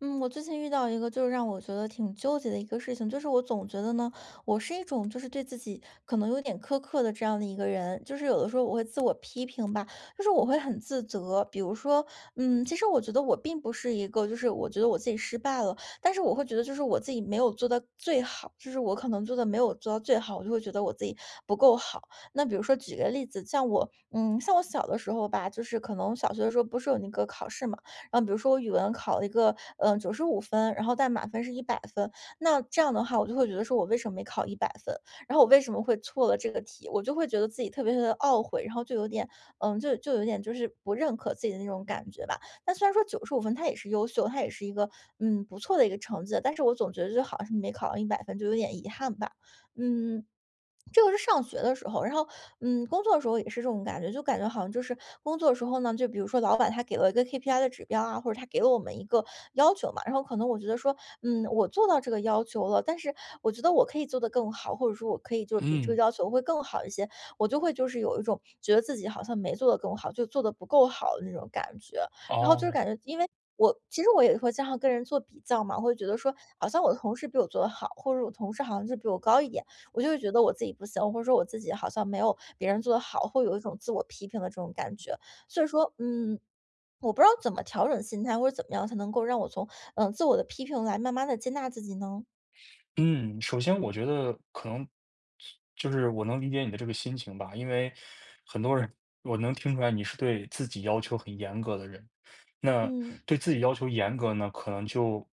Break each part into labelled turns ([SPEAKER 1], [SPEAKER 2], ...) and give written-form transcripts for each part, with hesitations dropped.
[SPEAKER 1] 嗯，我最近遇到一个就是让我觉得挺纠结的一个事情，就是我总觉得呢，我是一种就是对自己可能有点苛刻的这样的一个人，就是有的时候我会自我批评吧，就是我会很自责。比如说，其实我觉得我并不是一个，就是我觉得我自己失败了，但是我会觉得就是我自己没有做到最好，就是我可能做的没有做到最好，我就会觉得我自己不够好。那比如说举个例子，像我，像我小的时候吧，就是可能小学的时候不是有那个考试嘛。然后比如说我语文考了一个九十五分，然后但满分是一百分，那这样的话我就会觉得说我为什么没考一百分，然后我为什么会错了这个题，我就会觉得自己特别特别地懊悔，然后就有点，就有点就是不认可自己的那种感觉吧。但虽然说九十五分它也是优秀，它也是一个不错的一个成绩，但是我总觉得就好像是没考到1 0分，就有点遗憾吧。嗯。这个是上学的时候，然后，工作的时候也是这种感觉，就感觉好像就是工作的时候呢，就比如说老板他给了一个 KPI 的指标啊，或者他给了我们一个要求嘛，然后可能我觉得说，我做到这个要求了，但是我觉得我可以做得更好，或者说我可以就是比这个
[SPEAKER 2] 嗯，
[SPEAKER 1] 要求会更好一些，我就会就是有一种觉得自己好像没做得更好，就做得不够好的那种感觉，然后就是
[SPEAKER 2] 哦，
[SPEAKER 1] 感觉因为。我其实我也会经常跟人做比较嘛，我会觉得说，好像我的同事比我做得好，或者我同事好像是比我高一点。我就会觉得我自己不行，或者说我自己好像没有别人做的好，会有一种自我批评的这种感觉。所以说，我不知道怎么调整心态，或者怎么样才能够让我从自我的批评来慢慢的接纳自己呢？
[SPEAKER 2] 嗯，首先我觉得可能就是我能理解你的这个心情吧。因为很多人，我能听出来你是对自己要求很严格的人。那
[SPEAKER 1] 嗯
[SPEAKER 2] 对自己要求严格呢，可能就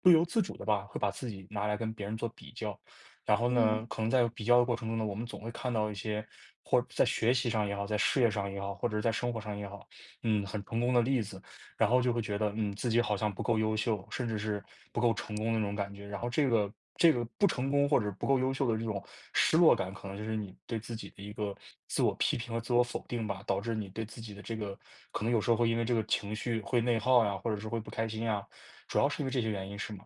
[SPEAKER 2] 不由自主的吧，会把自己拿来跟别人做比较。然后
[SPEAKER 1] 嗯，
[SPEAKER 2] 呢，可能在比较的过程中呢，我们总会看到一些或在学习上也好，在事业上也好，或者是在生活上也好，很成功的例子。然后就会觉得，自己好像不够优秀，甚至是不够成功的那种感觉。然后这个不成功或者不够优秀的这种失落感，可能就是你对自己的一个自我批评和自我否定吧，导致你对自己的这个可能有时候会因为这个情绪会内耗呀，或者是会不开心呀。主要是因为这些原因，是吗？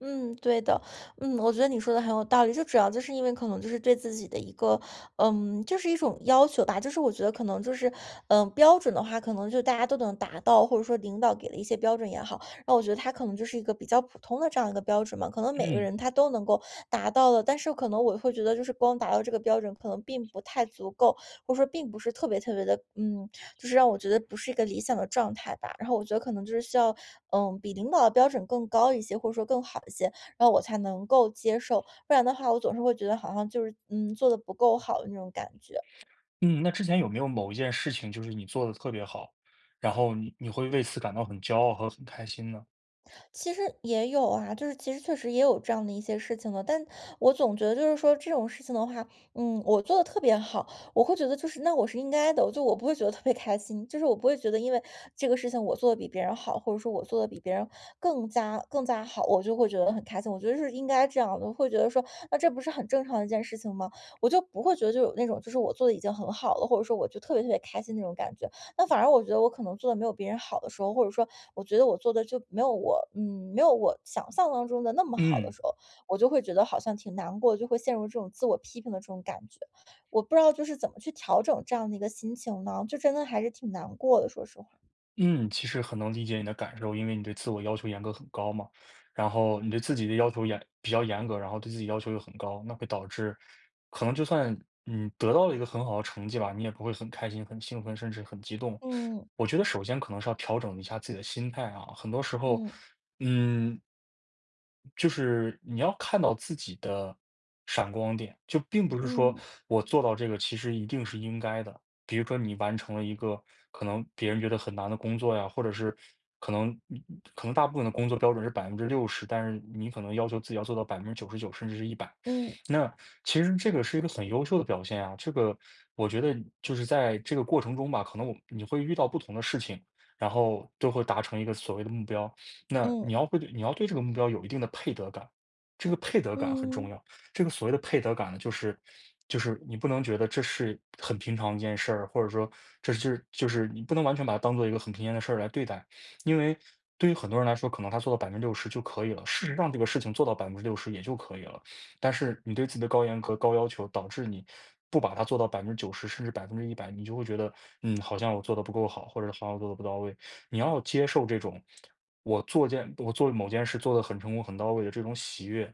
[SPEAKER 1] 嗯，对的，我觉得你说的很有道理，就主要就是因为可能就是对自己的一个，就是一种要求吧，就是我觉得可能就是，标准的话，可能就大家都能达到，或者说领导给了一些标准也好，然后我觉得他可能就是一个比较普通的这样一个标准嘛，可能每个
[SPEAKER 2] 嗯。
[SPEAKER 1] 人他都能够达到了，但是可能我会觉得就是光达到这个标准可能并不太足够，或者说并不是特别特别的，就是让我觉得不是一个理想的状态吧。然后我觉得可能就是需要，比领导的标准更高一些，或者说更好一些，然后我才能够接受。不然的话，我总是会觉得好像就是做的不够好的那种感觉。
[SPEAKER 2] 嗯，那之前有没有某一件事情，就是你做的特别好，然后你会为此感到很骄傲和很开心呢？
[SPEAKER 1] 其实也有啊，就是其实确实也有这样的一些事情的，但我总觉得就是说这种事情的话，我做的特别好，我会觉得就是那我是应该的，我就我不会觉得特别开心，就是我不会觉得因为这个事情我做的比别人好，或者说我做的比别人更加更加好，我就会觉得很开心。我觉得是应该这样的，我会觉得说那这不是很正常的一件事情吗？我就不会觉得就有那种就是我做的已经很好了，或者说我就特别特别开心那种感觉。那反而我觉得我可能做的没有别人好的时候，或者说我觉得我做的就没有我想象当中的那么好的
[SPEAKER 2] 嗯。
[SPEAKER 1] 时候，我就会觉得好像挺难过，就会陷入这种自我批评的这种感觉。我不知道就是怎么去调整这样的一个心情呢？就真的还是挺难过的，说实话。
[SPEAKER 2] 嗯，其实很能理解你的感受，因为你对自我要求严格很高嘛。然后你对自己的要求比较严格，然后对自己要求又很高，那会导致可能就算你得到了一个很好的成绩吧，你也不会很开心、很兴奋，甚至很激动。
[SPEAKER 1] 嗯，
[SPEAKER 2] 我觉得首先可能是要调整一下自己的心态啊。很多时候，
[SPEAKER 1] 嗯，
[SPEAKER 2] 嗯。就是你要看到自己的闪光点，就并不是说
[SPEAKER 1] 嗯，
[SPEAKER 2] 我做到这个其实一定是应该的。比如说你完成了一个可能别人觉得很难的工作呀，或者是可能可能大部分的工作标准是百分之六十，但是你可能要求自己要做到99%甚至是一百。
[SPEAKER 1] 嗯，
[SPEAKER 2] 那其实这个是一个很优秀的表现啊。这个我觉得就是在这个过程中吧，可能你会遇到不同的事情，然后都会达成一个所谓的目标。那
[SPEAKER 1] 嗯，
[SPEAKER 2] 你要对这个目标有一定的配得感，这个配得感很重
[SPEAKER 1] 嗯，
[SPEAKER 2] 要。这个所谓的配得感呢，就是你不能觉得这是很平常一件事儿，或者说这是就是你不能完全把它当做一个很平常的事儿来对待。因为对于很多人来说，可能他做到百分之六十就可以了。事实上，这个事情做到百分之六十也就可以了。但是你对自己的高严格、高要求，导致你不把它做到百分之九十甚至100%，你就会觉得，好像我做的不够好，或者好像我做的不到位。你要接受这种，我做某件事做的很成功、很到位的这种喜悦。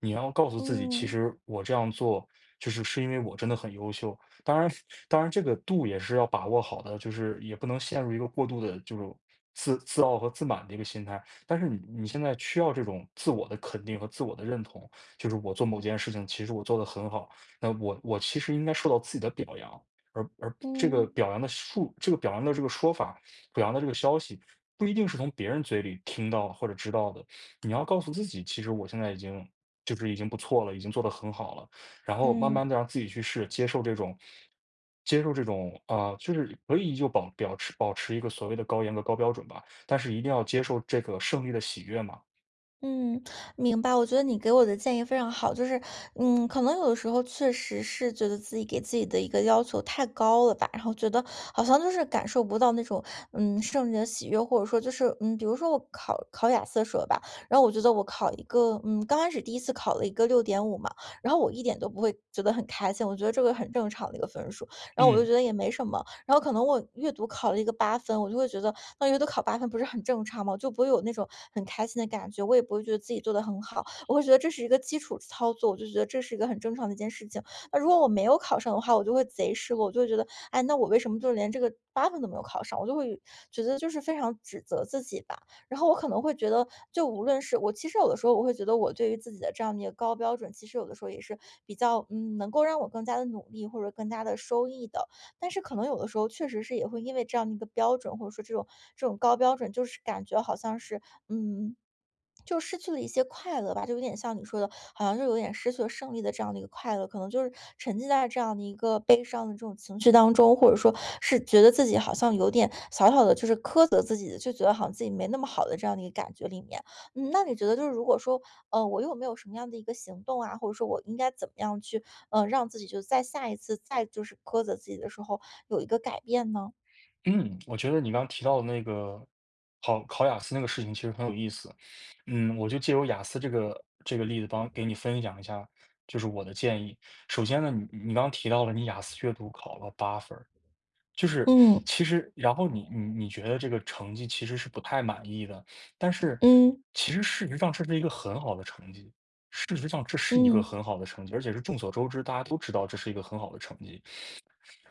[SPEAKER 2] 你要告诉自己，其
[SPEAKER 1] 嗯，
[SPEAKER 2] 实我这样做，就是是因为我真的很优秀。当然当然这个度也是要把握好的，就是也不能陷入一个过度的这种自傲和自满的一个心态。但是你现在需要这种自我的肯定和自我的认同。就是我做某件事情，其实我做得很好，那我其实应该受到自己的表扬。而这个
[SPEAKER 1] 嗯，
[SPEAKER 2] 表扬的数，这个表扬的这个说法，表扬的这个消息，不一定是从别人嘴里听到或者知道的。你要告诉自己，其实我现在已经已经不错了，已经做得很好了，然后慢
[SPEAKER 1] 嗯。
[SPEAKER 2] 慢的让自己去试，接受这种。接受这种啊、就是可以依旧保持一个所谓的高严格、高标准吧，但是一定要接受这个胜利的喜悦嘛。
[SPEAKER 1] 嗯，明白。我觉得你给我的建议非常好，就是，可能有的时候确实是觉得自己给自己的一个要求太高了吧，然后觉得好像就是感受不到那种，胜利的喜悦，或者说就是，比如说我考考雅思的时候吧，然后我觉得我考一个，刚开始第一次考了一个6.5嘛，然后我一点都不会觉得很开心，我觉得这个很正常的一个分数，然后我就
[SPEAKER 2] 嗯。
[SPEAKER 1] 觉得也没什么，然后可能我阅读考了一个八分，我就会觉得那阅读考八分不是很正常吗？我就不会有那种很开心的感觉，我也不会觉得自己做的很好，我会觉得这是一个基础操作，我就觉得这是一个很正常的一件事情。那如果我没有考上的话，我就会贼失落，我就会觉得，哎，那我为什么就连这个八分都没有考上？我就会觉得就是非常指责自己吧。然后我可能会觉得，就无论是我，其实有的时候我会觉得我对于自己的这样的一个高标准，其实有的时候也是比较能够让我更加的努力或者更加的收益的。但是可能有的时候确实是也会因为这样的一个标准，或者说这种高标准，就是感觉好像是，嗯，就失去了一些快乐吧，就有点像你说的，好像就有点失去了胜利的这样的一个快乐，可能就是沉浸在这样的一个悲伤的这种情绪当中，或者说是觉得自己好像有点小小的，就是苛责自己的，就觉得好像自己没那么好的这样的一个感觉里面。那你觉得就是如果说，我又没有什么样的一个行动啊，或者说我应该怎么样去让自己就在下一次再就是苛责自己的时候有一个改变呢？
[SPEAKER 2] 嗯，我觉得你刚刚提到的那个考雅思那个事情其实很有意思。嗯，我就借由雅思这个例子帮给你分享一下，就是我的建议。首先呢，你刚刚提到了你雅思阅读考了8分儿，就是
[SPEAKER 1] 嗯
[SPEAKER 2] 其实然后你觉得这个成绩其实是不太满意的。但是
[SPEAKER 1] 嗯
[SPEAKER 2] 其实事实上这是一个很好的成绩，事实上这是一个
[SPEAKER 1] 嗯
[SPEAKER 2] 很好的成绩，而且是众所周知，大家都知道这是一个很好的成绩。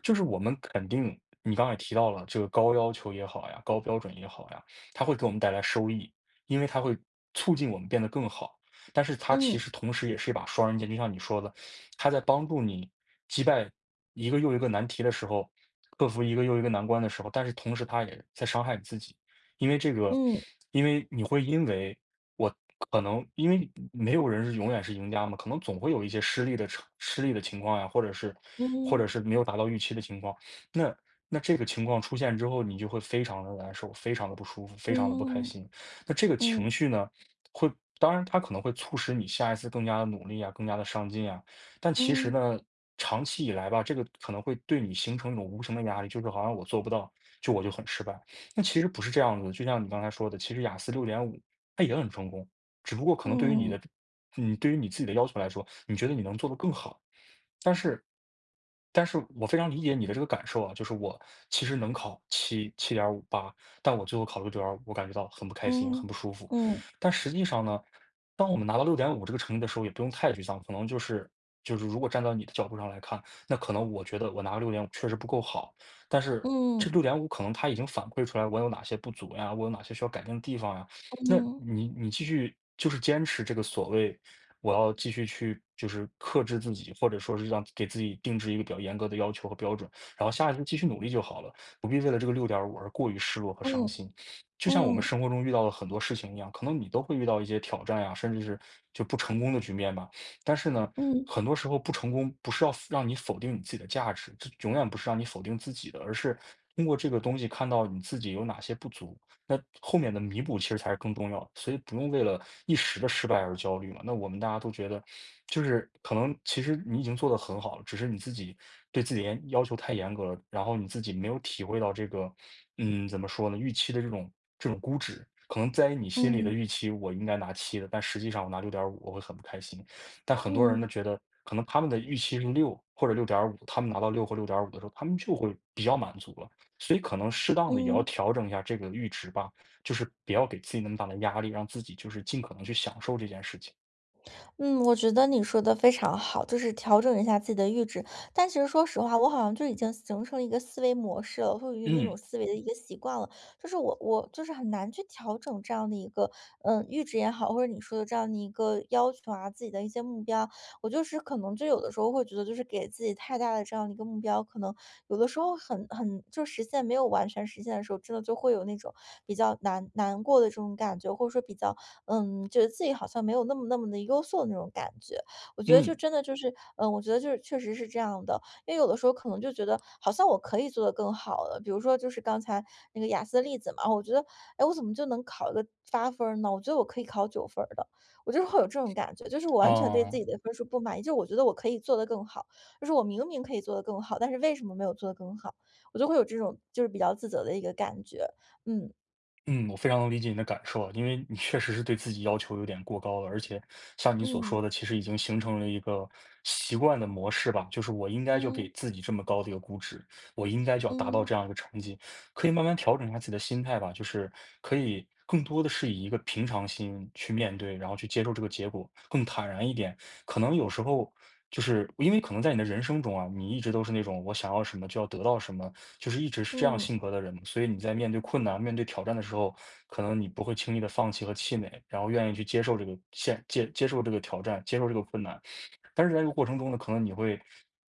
[SPEAKER 2] 就是我们肯定，你刚才也提到了这个高要求也好呀，高标准也好呀，它会给我们带来收益。因为它会促进我们变得更好。但是它其
[SPEAKER 1] 嗯
[SPEAKER 2] 实同时也是一把双刃剑，就像你说的，它在帮助你击败一个又一个难题的时候，克服一个又一个难关的时候，但是同时它也在伤害你自己。因为这个，
[SPEAKER 1] 嗯
[SPEAKER 2] 因为你会因为我可能因为没有人是永远是赢家嘛，可能总会有一些失利的情况呀，或者是或
[SPEAKER 1] 嗯
[SPEAKER 2] 者是没有达到预期的情况。那那这个情况出现之后，你就会非常的难受，非常的不舒服，非常的不开
[SPEAKER 1] 嗯
[SPEAKER 2] 心。那这个情
[SPEAKER 1] 嗯
[SPEAKER 2] 绪呢，会当然它可能会促使你下一次更加的努力啊，更加的上进啊。但其
[SPEAKER 1] 嗯
[SPEAKER 2] 实
[SPEAKER 1] 嗯
[SPEAKER 2] 呢，长期以来吧，这个可能会对你形成一种无形的压力，就是好像我做不到，就我就很失败。那其实不是这样子的，就像你刚才说的，其实雅思六点五它也很成功。只不过可能对于
[SPEAKER 1] 嗯
[SPEAKER 2] 你对于你自己的要求来说，你觉得你能做得更好。但是但是我非常理解你的这个感受啊，就是我其实能考7.58。但我最后考了6.5，我感觉到很不开心，很
[SPEAKER 1] 嗯
[SPEAKER 2] 不舒服。
[SPEAKER 1] 嗯
[SPEAKER 2] 但实际上呢，当我们拿到六点五这个成绩的时候，也不用太沮丧。可能就是如果站到你的角度上来看，那可能我觉得我拿个六点五确实不够好。但是
[SPEAKER 1] 嗯
[SPEAKER 2] 这六点五可能它已经反馈出来我有哪些不足呀，我有哪些需要改进的地方呀。那
[SPEAKER 1] 嗯
[SPEAKER 2] 你继续就是坚持这个所谓我要继续去就是克制自己，或者说是让给自己定制一个比较严格的要求和标准，然后下一次继续努力就好了。不必为了这个六点五而过于失落和伤
[SPEAKER 1] 嗯
[SPEAKER 2] 心。就像我们
[SPEAKER 1] 嗯
[SPEAKER 2] 生活中遇到了很多事情一样，可能你都会遇到一些挑战呀，甚至是就不成功的局面吧。但是呢，很多时候不成功不是要让你否定你自己的价值，这永远不是让你否定自己的，而是通过这个东西看到你自己有哪些不足。那后面的弥补其实才是更重要的。所以不用为了一时的失败而焦虑嘛。那我们大家都觉得，就是可能其实你已经做得很好了，只是你自己对自己要求太严格了，然后你自己没有体会到这个，怎么说呢，预期的这种估值。可能在你心里的
[SPEAKER 1] 嗯
[SPEAKER 2] 预期，我应该拿七的，但实际上我拿六点五，我会很不开心。但很多人
[SPEAKER 1] 嗯
[SPEAKER 2] 呢觉得，可能他们的预期是六或者六点五，他们拿到六或六点五的时候，他们就会比较满足了。所以可能适当的也要
[SPEAKER 1] 嗯。
[SPEAKER 2] 调整一下这个阈值吧，就是不要给自己那么大的压力，让自己就是尽可能去享受这件事情。
[SPEAKER 1] 嗯，我觉得你说的非常好，就是调整一下自己的阈值。但其实说实话，我好像就已经形成了一个思维模式了，或者那种
[SPEAKER 2] 嗯。
[SPEAKER 1] 思维的一个习惯了。就是我就是很难去调整这样的一个，阈值也好，或者你说的这样的一个要求啊，自己的一些目标，我就是可能就有的时候会觉得，就是给自己太大的这样的一个目标，可能有的时候很就实现没有完全实现的时候，真的就会有那种比较难过的这种感觉，或者说比较觉得自己好像没有那么那么的优秀的那种感觉。我觉得就
[SPEAKER 2] 嗯。
[SPEAKER 1] 真的就是，我觉得就是确实是这样的。因为有的时候可能就觉得好像我可以做得更好了，比如说就是刚才那个雅思的例子嘛，我觉得，哎，我怎么就能考一个8分儿呢？我觉得我可以考9分儿的，我就是会有这种感觉，就是我完全对自
[SPEAKER 2] 哦。
[SPEAKER 1] 己的分数不满意，就是我觉得我可以做得更好，就是我明明可以做得更好，但是为什么没有做得更好？我就会有这种就是比较自责的一个感觉，嗯。
[SPEAKER 2] 嗯，我非常能理解你的感受啊，因为你确实是对自己要求有点过高了。而且像你所说
[SPEAKER 1] 嗯，
[SPEAKER 2] 的，其实已经形成了一个习惯的模式吧，就是我应该就给
[SPEAKER 1] 嗯，
[SPEAKER 2] 自己这么高的一个估值，我应该就要达到
[SPEAKER 1] 嗯，
[SPEAKER 2] 这样一个成绩。可以慢慢调整一下自己的心态吧，就是可以更多的是以一个平常心去面对，然后去接受这个结果，更坦然一点。可能有时候就是因为可能在你的人生中啊，你一直都是那种我想要什么就要得到什么，就是一直是这样
[SPEAKER 1] 嗯。
[SPEAKER 2] 性格的人嘛。所以你在面对困难、面对挑战的时候，可能你不会轻易的放弃和气馁，然后愿意去接受这个接受这个挑战，接受这个困难。但是在这个过程中呢，可能你会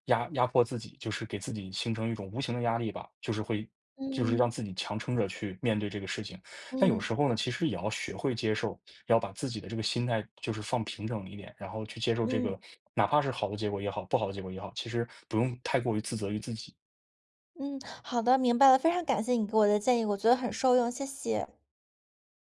[SPEAKER 2] 压迫自己，就是给自己形成一种无形的压力吧，就是会就是让
[SPEAKER 1] 嗯，
[SPEAKER 2] 自己强撑着去面对这个事情。但有
[SPEAKER 1] 嗯，
[SPEAKER 2] 时候呢，其实也要学会接受，要把自己的这个心态就是放平整一点，然后去接受这
[SPEAKER 1] 嗯，
[SPEAKER 2] 个，哪怕是好的结果也好，不好的结果也好，其实不用太过于自责于自己。
[SPEAKER 1] 嗯，好的，明白了，非常感谢你给我的建议，我觉得很受用，谢谢。